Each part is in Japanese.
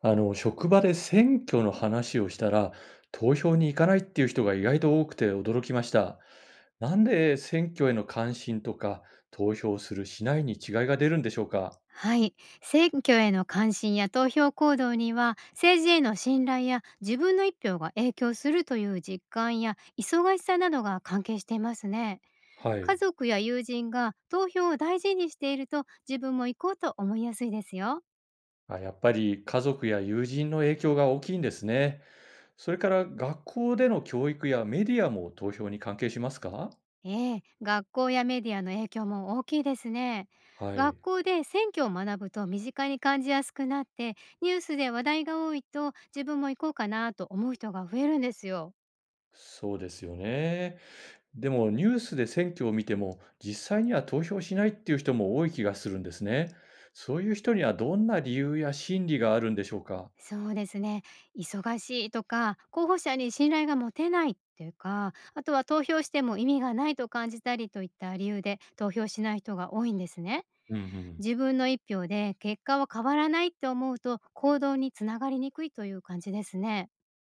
職場で選挙の話をしたら、投票に行かないっていう人が意外と多くて驚きました。なんで選挙への関心とか、投票するしないに違いが出るんでしょうか？はい、選挙への関心や投票行動には政治への信頼や自分の一票が影響するという実感や忙しさなどが関係していますね。は家い。族や友人が投票を大事にしていると自分も行こうと思いやすいですよ。あ、やっぱり家族や友人の影響が大きいんですね。それから学校での教育やメディアも投票に関係しますか？ええ、学校やメディアの影響も大きいですね。は学い。校で選挙を学ぶと身近に感じやすくなって、ニュースで話題が多いと自分も行こうかなと思う人が増えるんですよ。そうですよね。でもニュースで選挙を見ても実際には投票しないっていう人も多い気がするんですね。そういう人にはどんな理由や心理があるんでしょうか？そうですね。忙しいとか、候補者に信頼が持てないっていうか、あとは投票しても意味がないと感じたりといった理由で投票しない人が多いんですね。うんうん。自分の一票で結果は変わらないって思うと行動につながりにくいという感じですね。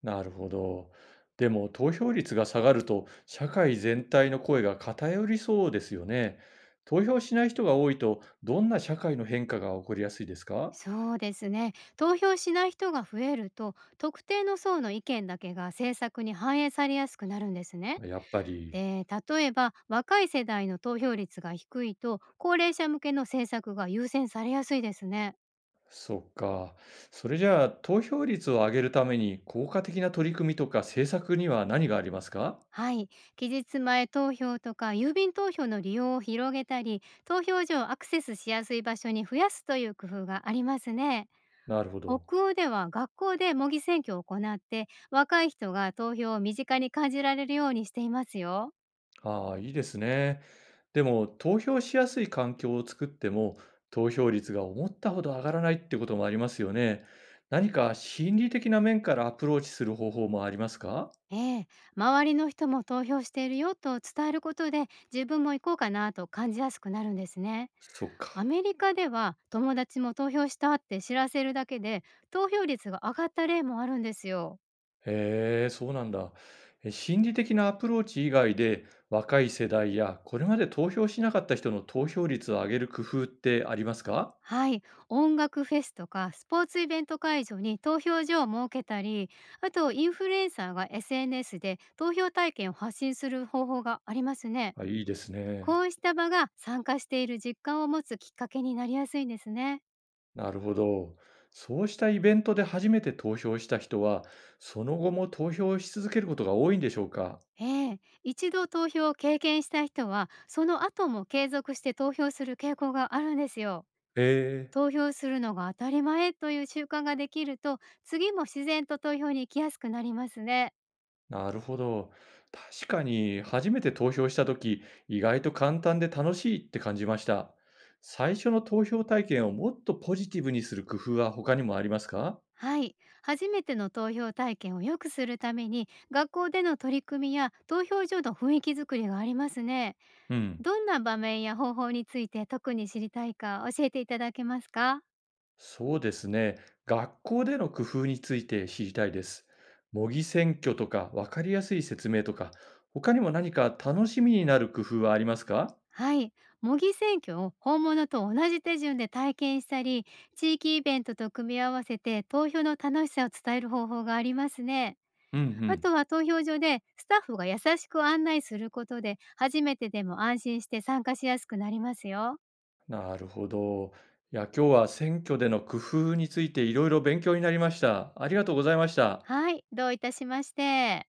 なるほど。でも投票率が下がると社会全体の声が偏りそうですよね。投票しない人が多いとどんな社会の変化が起こりやすいですか？そうですね。投票しない人が増えると、特定の層の意見だけが政策に反映されやすくなるんですね。やっぱり、で、例えば若い世代の投票率が低いと高齢者向けの政策が優先されやすいですね。そっか。それじゃあ投票率を上げるために効果的な取り組みとか政策には何がありますか？はい、期日前投票とか郵便投票の利用を広げたり、投票所をアクセスしやすい場所に増やすという工夫がありますね。なるほど。北欧では学校で模擬選挙を行って、若い人が投票を身近に感じられるようにしていますよ。ああ、いいですね。でも、投票しやすい環境を作っても、投票率が思ったほど上がらないってこともありますよね。何か心理的な面からアプローチする方法もありますか？ええ、周りの人も投票しているよと伝えることで、自分も行こうかなと感じやすくなるんですね。そっアか。メリカでは友達も投票したって知らせるだけで、投票率が上がった例もあるんですよ。へえ、そうなんだ。え心理的なアプローチ以外で、若い世代やこれまで投票しなかった人の投票率を上げる工夫ってありますか？はい、音楽フェスとかスポーツイベント会場に投票所を設けたり、あとインフルエンサーが SNS で投票体験を発信する方法がありますね。あ、いいですね。こうした場が参加している実感を持つきっかけになりやすいんですね。なるほど。そうしたイベントで初めて投票した人は、その後も投票し続けることが多いんでしょうか？ええ、一度投票を経験した人はその後も継続して投票する傾向があるんですよ。ええ。投票するのが当たり前という習慣ができると、次も自然と投票に行きやすくなりますね。なるほど。確かに、初めて投票したとき、意外と簡単で楽しいって感じました。最初の投票体験をもっとポジティブにする工夫は他にもありますか？はい、初めての投票体験を良くするために、学校での取り組みや投票所の雰囲気づくりがありますね。うん。どんな場面や方法について特に知りたいか教えていただけますか？そうですね。学校での工夫について知りたいです。模擬選挙とか分かりやすい説明とか、他にも何か楽しみになる工夫はありますか？はい、模擬選挙を本物と同じ手順で体験したり、地域イベントと組み合わせて投票の楽しさを伝える方法がありますね。うんうあん。とは投票所でスタッフが優しく案内することで、初めてでも安心して参加しやすくなりますよ。なるほど。いや、今日は選挙での工夫についていろいろ勉強になりました。ありがとうございました。はい、どういたしまして。